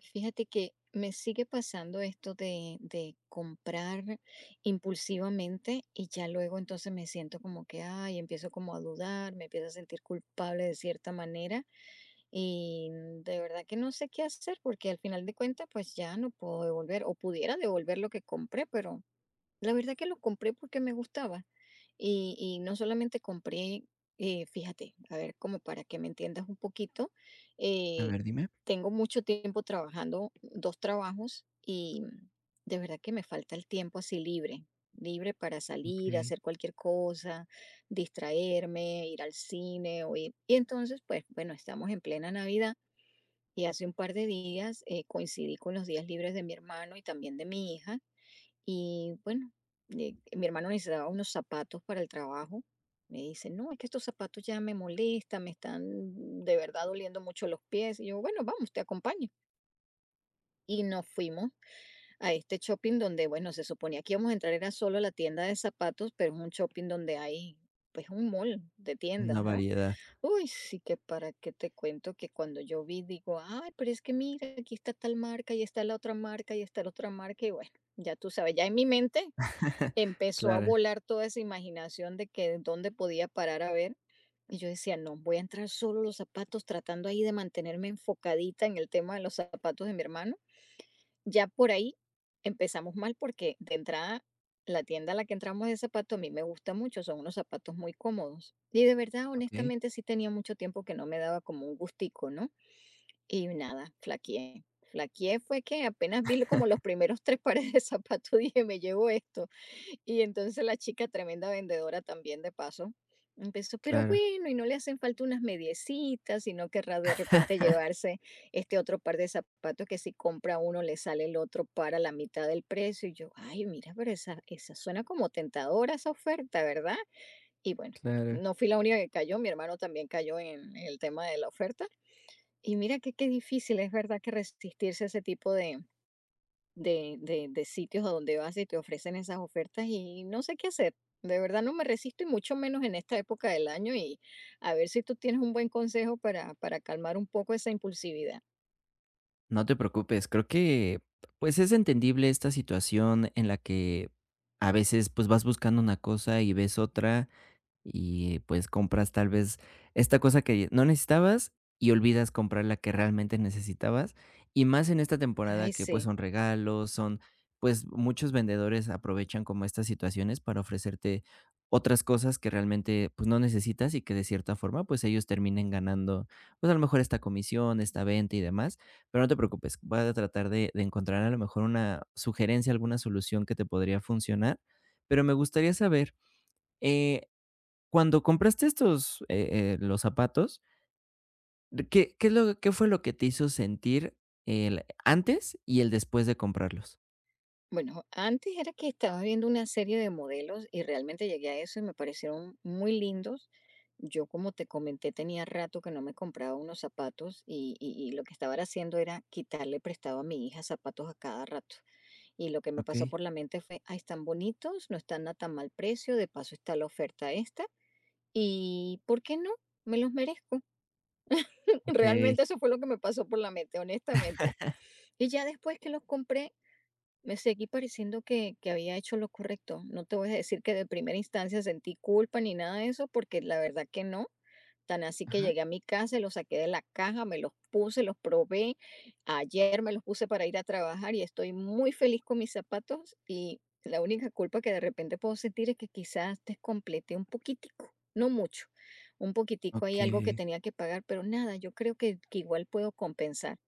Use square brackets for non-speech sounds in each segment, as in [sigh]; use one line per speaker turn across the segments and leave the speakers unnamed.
Fíjate que me sigue pasando esto de comprar impulsivamente y ya luego entonces me siento como que, ay, empiezo como a dudar, me empiezo a sentir culpable de cierta manera y de verdad que no sé qué hacer porque al final de cuentas pues ya no puedo devolver o pudiera devolver lo que compré, pero la verdad que lo compré porque me gustaba. Y no solamente compré, fíjate, a ver, como para que me entiendas un poquito,
A
eh,
ver, dime.
tengo mucho tiempo trabajando, dos trabajos, y de verdad que me falta el tiempo así libre, libre para salir,
Okey,
hacer cualquier cosa, distraerme, ir al cine. Y entonces, pues bueno, estamos en plena Navidad. Y hace un par de días coincidí con los días libres de mi hermano y también de mi hija. Y bueno, mi hermano necesitaba unos zapatos para el trabajo. Me dice, no, es que estos zapatos ya me molestan, me están de verdad doliendo mucho los pies. Y yo, bueno, vamos, te acompaño. Y nos fuimos a este shopping donde, bueno, se suponía que íbamos a entrar, era solo a la tienda de zapatos, pero es un shopping donde hay, pues, un mall de
una
tiendas, ¿no?
variedad.
Uy, sí que para qué te cuento que cuando yo vi, digo, ay, pero es que mira, aquí está tal marca, y está la otra marca, y está la otra marca, y bueno, ya tú sabes, ya en mi mente
[laughs]
empezó a
Claro.
volar toda esa imaginación de que dónde podía parar a ver. Y yo decía, no, voy a entrar solo los zapatos, tratando ahí de mantenerme enfocadita en el tema de los zapatos de mi hermano. Ya por ahí empezamos mal porque de entrada la tienda a la que entramos de zapatos a mí me gusta mucho, son unos zapatos muy cómodos. Y de verdad,
Okey.
honestamente, sí tenía mucho tiempo que no me daba como un gustico, ¿no? Y nada, flaqueé. Flaqueé fue que apenas vi como los primeros tres [laughs] pares de zapatos, [laughs] dije, me llevo esto. Y entonces la chica, tremenda vendedora también de paso, empezó, pero
Claro,
bueno, y no le hacen falta unas mediecitas, sino querrá de repente llevarse este otro par de zapatos que si compra uno le sale el otro para la mitad del precio. Y yo, ay, mira, pero esa suena como tentadora esa oferta, ¿verdad? Y bueno,
claro.
no fui la única que cayó, mi hermano también cayó en el tema de la oferta. Y mira que qué difícil es verdad que resistirse a ese tipo de sitios a donde vas y te ofrecen esas ofertas y no sé qué hacer. De verdad no me resisto y mucho menos en esta época del año y a ver si tú tienes un buen consejo para calmar un poco esa impulsividad.
No te preocupes, creo que, pues, es entendible esta situación en la que a veces, pues, vas buscando una cosa y ves otra. Y pues compras tal vez esta cosa que no necesitabas y olvidas comprar la que realmente necesitabas. Y más en esta temporada
Ay,
que pues
sí.
son regalos, son pues muchos vendedores aprovechan como estas situaciones para ofrecerte otras cosas que realmente pues no necesitas y que de cierta forma pues ellos terminen ganando pues a lo mejor esta comisión, esta venta y demás, pero no te preocupes, voy a tratar de encontrar a lo mejor una sugerencia, alguna solución que te podría funcionar, pero me gustaría saber, eh, cuando compraste estos, los zapatos, ¿qué fue lo que te hizo sentir el antes y el después de comprarlos?
Bueno, antes era que estaba viendo una serie de modelos y realmente llegué a eso y me parecieron muy lindos. Yo, como te comenté, tenía rato que no me compraba unos zapatos y lo que estaba era haciendo era quitarle prestado a mi hija zapatos a cada rato. Y lo que me pasó
Okey,
por la mente fue, ay, están bonitos, no están a tan mal precio, de paso está la oferta esta, y ¿por qué no? Me los merezco. [laughs]
okey.
Realmente eso fue lo que me pasó por la mente, honestamente. Y ya después que los compré, me seguí pareciendo que había hecho lo correcto. No te voy a decir que de primera instancia sentí culpa ni nada de eso, porque la verdad que no. Tan así que
Ajá.
llegué a mi casa, los saqué de la caja, me los puse, los probé. Ayer me los puse para ir a trabajar y estoy muy feliz con mis zapatos y la única culpa que de repente puedo sentir es que quizás descompleté un poquitico, no mucho, un poquitico ahí algo que
Okey,
tenía que pagar, pero nada, yo creo que igual puedo compensar.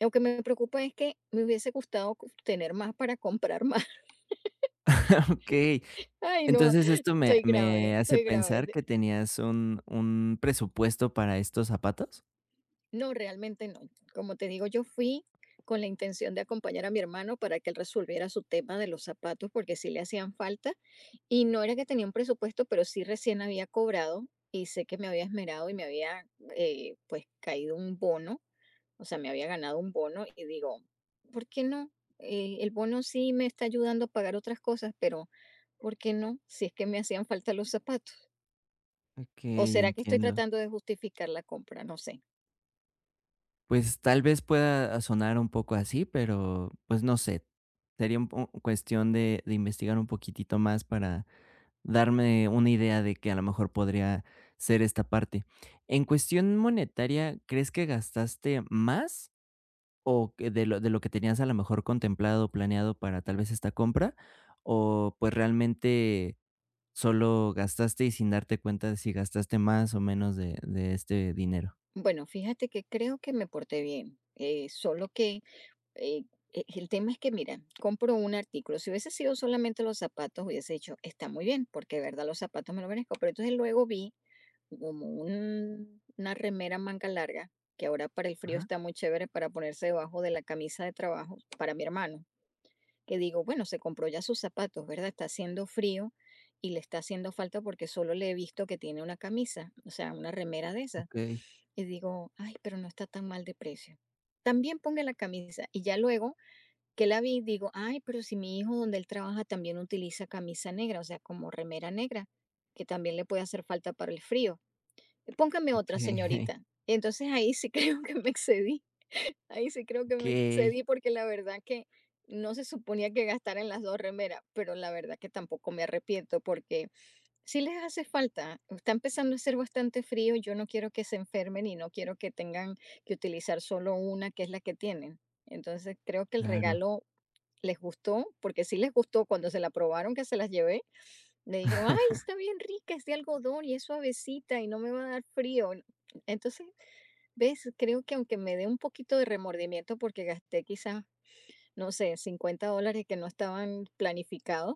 Lo que me preocupa es que me hubiese gustado tener más para comprar más. [laughs]
okey. [laughs]
Ay, no,
Entonces, esto me
estoy
me
grave,
hace
estoy
pensar
grave.
que tenías un presupuesto para estos zapatos.
No, realmente no. Como te digo, yo fui con la intención de acompañar a mi hermano para que él resolviera su tema de los zapatos porque sí le hacían falta y no era que tenía un presupuesto, pero sí recién había cobrado y sé que me había esmerado y me había pues caído un bono, o sea, me había ganado un bono y digo, ¿por qué no? El bono sí me está ayudando a pagar otras cosas, pero ¿por qué no? Si es que me hacían falta los zapatos. ¿O
Okey,
será que estoy
entiendo.
tratando de justificar la compra? No sé.
Pues, tal vez pueda sonar un poco así, pero, pues, no sé, sería un po cuestión de investigar un poquitito más para darme una idea de que a lo mejor podría ser esta parte. En cuestión monetaria, ¿crees que gastaste más o que de lo que tenías a lo mejor contemplado, o planeado para tal vez esta compra? O, pues, realmente solo gastaste y sin darte cuenta de si gastaste más o menos de este dinero.
Bueno, fíjate que creo que me porté bien, solo que eh, el tema es que, mira, compro un artículo. Si hubiese sido solamente los zapatos, hubiese dicho, está muy bien, porque de verdad los zapatos me lo merezco. Pero entonces luego vi como una remera manga larga, que ahora para el frío
Ajá,
está muy chévere para ponerse debajo de la camisa de trabajo para mi hermano, que digo, bueno, se compró ya sus zapatos, ¿verdad? Está haciendo frío y le está haciendo falta porque solo le he visto que tiene una camisa, o sea, una remera de esas
okey,
y digo, ay, pero no está tan mal de precio. También ponga la camisa y ya luego que la vi digo, ay, pero si mi hijo donde él trabaja también utiliza camisa negra, o sea, como remera negra, que también le puede hacer falta para el frío. Póngame otra,
okey,
señorita. Entonces ahí sí [laughs] creo que me excedí, ahí sí creo que me
okey,
excedí porque la verdad que no se suponía que gastara en las dos remeras, pero la verdad que tampoco me arrepiento porque sí les hace falta. Está empezando a hacer bastante frío. Yo no quiero que se enfermen y no quiero que tengan que utilizar solo una, que es la que tienen. Entonces, creo que
[laughs]
el
claro.
regalo les gustó, porque sí les gustó cuando se la probaron, que se las llevé. Le dijeron, ay,
[laughs]
está bien rica, es de algodón y es suavecita y no me va a dar frío. Entonces, ves, creo que aunque me dé un poquito de remordimiento porque gasté quizás, no sé, $50 que no estaban planificados,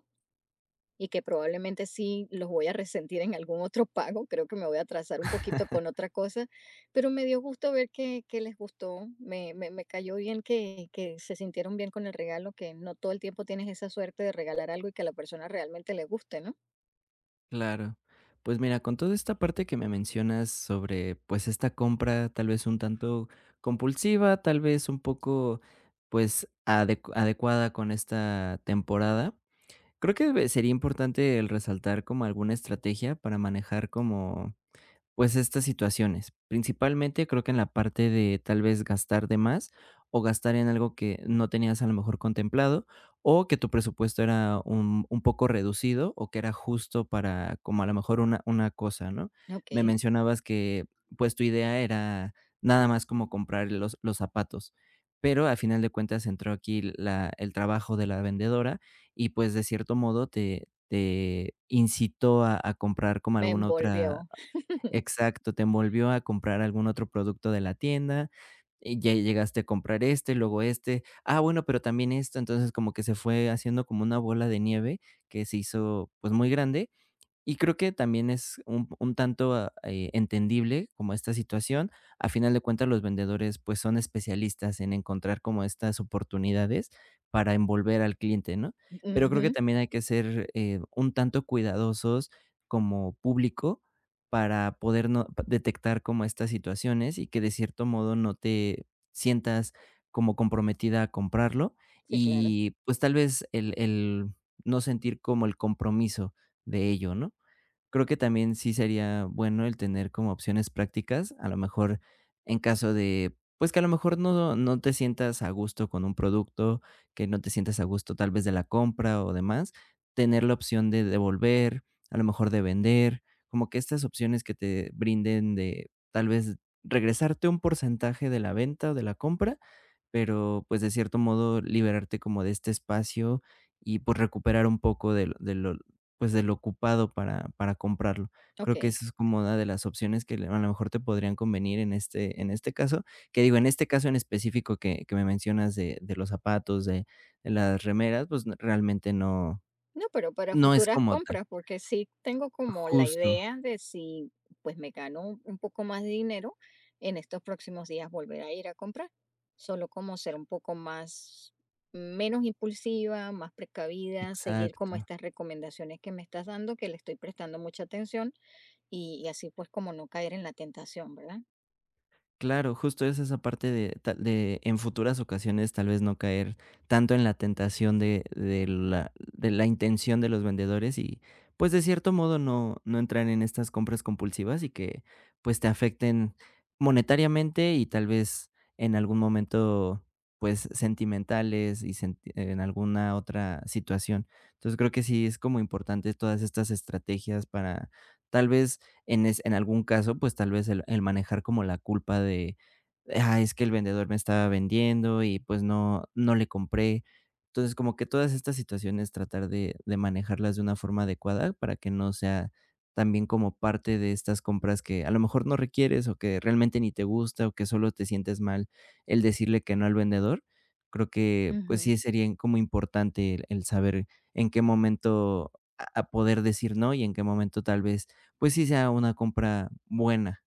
y que probablemente sí los voy a resentir en algún otro pago, creo que me voy a atrasar un poquito con otra cosa, pero me dio gusto ver que les gustó, me cayó bien que se sintieron bien con el regalo, que no todo el tiempo tienes esa suerte de regalar algo y que a la persona realmente le guste, ¿no?
Claro. Pues mira, con toda esta parte que me mencionas sobre, pues, esta compra tal vez un tanto compulsiva, tal vez un poco, pues, adecuada con esta temporada, creo que sería importante el resaltar como alguna estrategia para manejar como pues estas situaciones, principalmente creo que en la parte de tal vez gastar de más o gastar en algo que no tenías a lo mejor contemplado o que tu presupuesto era un poco reducido o que era justo para como a lo mejor una cosa, ¿no?
Ok,
Me mencionabas que pues tu idea era nada más como comprar los zapatos, pero al final de cuentas entró aquí el trabajo de la vendedora y pues de cierto modo te incitó a comprar como
me
alguna otra.
envolvió. [laughs]
Exacto, te envolvió a comprar algún otro producto de la tienda, y ya llegaste a comprar este, luego este, ah, bueno, pero también esto, entonces como que se fue haciendo como una bola de nieve que se hizo, pues, muy grande y creo que también es un tanto, ah, entendible como esta situación. A final de cuentas, los vendedores, pues, son especialistas en encontrar como estas oportunidades para envolver al cliente, ¿no? Pero creo que
Ujú.
también hay que ser, un tanto cuidadosos como público para poder no detectar como estas situaciones y que de cierto modo no te sientas como comprometida a comprarlo
Sí, claro.
y, pues, tal vez el no sentir como el compromiso de ello, ¿no? Creo que también sí sería bueno el tener como opciones prácticas, a lo mejor en caso de, pues que a lo mejor no, no te sientas a gusto con un producto, que no te sientas a gusto tal vez de la compra o demás, tener la opción de devolver, a lo mejor de vender, como que estas opciones que te brinden de tal vez regresarte un porcentaje de la venta o de la compra, pero pues de cierto modo liberarte como de este espacio y pues recuperar un poco pues, de lo ocupado para comprarlo.
Ok.
Creo que eso es como una de las opciones que le a lo mejor te podrían convenir en este caso, que digo, en este caso en específico que me mencionas de los zapatos, de las remeras, pues, realmente no
No, pero para
no es
futuras
como tal.
compras, porque sí tengo como la
Justo,
idea de si pues me gano un poco más de dinero, en estos próximos días volver a ir a comprar. Solo como ser un poco más, menos impulsiva, más precavida, seguir como
exacto.
estas recomendaciones que me estás dando, que le estoy prestando mucha atención y así pues como no caer en la tentación, ¿verdad?
Claro, justo es esa parte de ta de en futuras ocasiones, tal vez, no caer tanto en la tentación de la intención de los vendedores y, pues, de cierto modo, no entrar en estas compras compulsivas y que, pues, te afecten monetariamente y, tal vez, en algún momento, pues, sentimentales y senti en alguna otra situación. Entonces, creo que sí es como importante todas estas estrategias para, tal vez, en algún caso, pues tal vez el manejar como la culpa de, ah, es que el vendedor me estaba vendiendo y pues no, no le compré. Entonces, como que todas estas situaciones tratar de manejarlas de una forma adecuada para que no sea también como parte de estas compras que a lo mejor no requieres o que realmente ni te gusta o que solo te sientes mal el decirle que no al vendedor. Creo que pues sí
Ujú.
sería como importante el saber en qué momento a poder decir no y en qué momento tal vez pues sí sea una compra buena.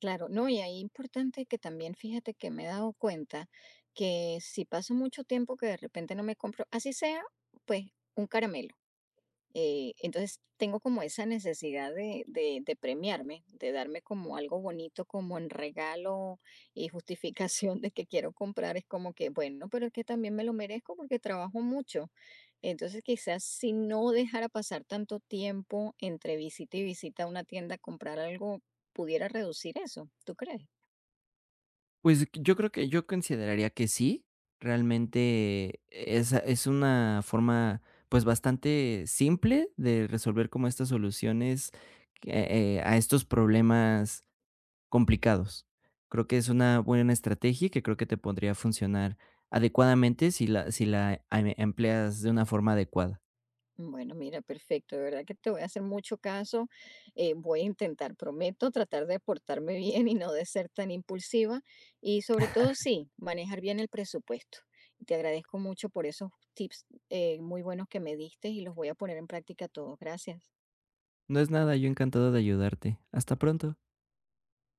Claro, no, y ahí importante que también fíjate que me he dado cuenta que si paso mucho tiempo que de repente no me compro, así sea, pues un caramelo. Entonces tengo como esa necesidad de premiarme, de darme como algo bonito, como en regalo y justificación de que quiero comprar. Es como que, bueno, pero es que también me lo merezco porque trabajo mucho. Entonces quizás si no dejara pasar tanto tiempo entre visita y visita a una tienda a comprar algo, pudiera reducir eso. ¿Tú crees?
Pues, yo creo que yo consideraría que sí. Realmente es una forma, pues, bastante simple de resolver como estas soluciones que, a estos problemas complicados. Creo que es una buena estrategia y que creo que te podría funcionar adecuadamente si la empleas de una forma adecuada.
Bueno, mira, perfecto. De verdad que te voy a hacer mucho caso. Voy a intentar, prometo, tratar de portarme [laughs] bien y no de ser tan impulsiva. Y sobre todo, sí, manejar bien el presupuesto. Te agradezco mucho por esos tips muy buenos que me diste y los voy a poner en práctica todos. Gracias.
No es nada, yo encantado de ayudarte. Hasta pronto.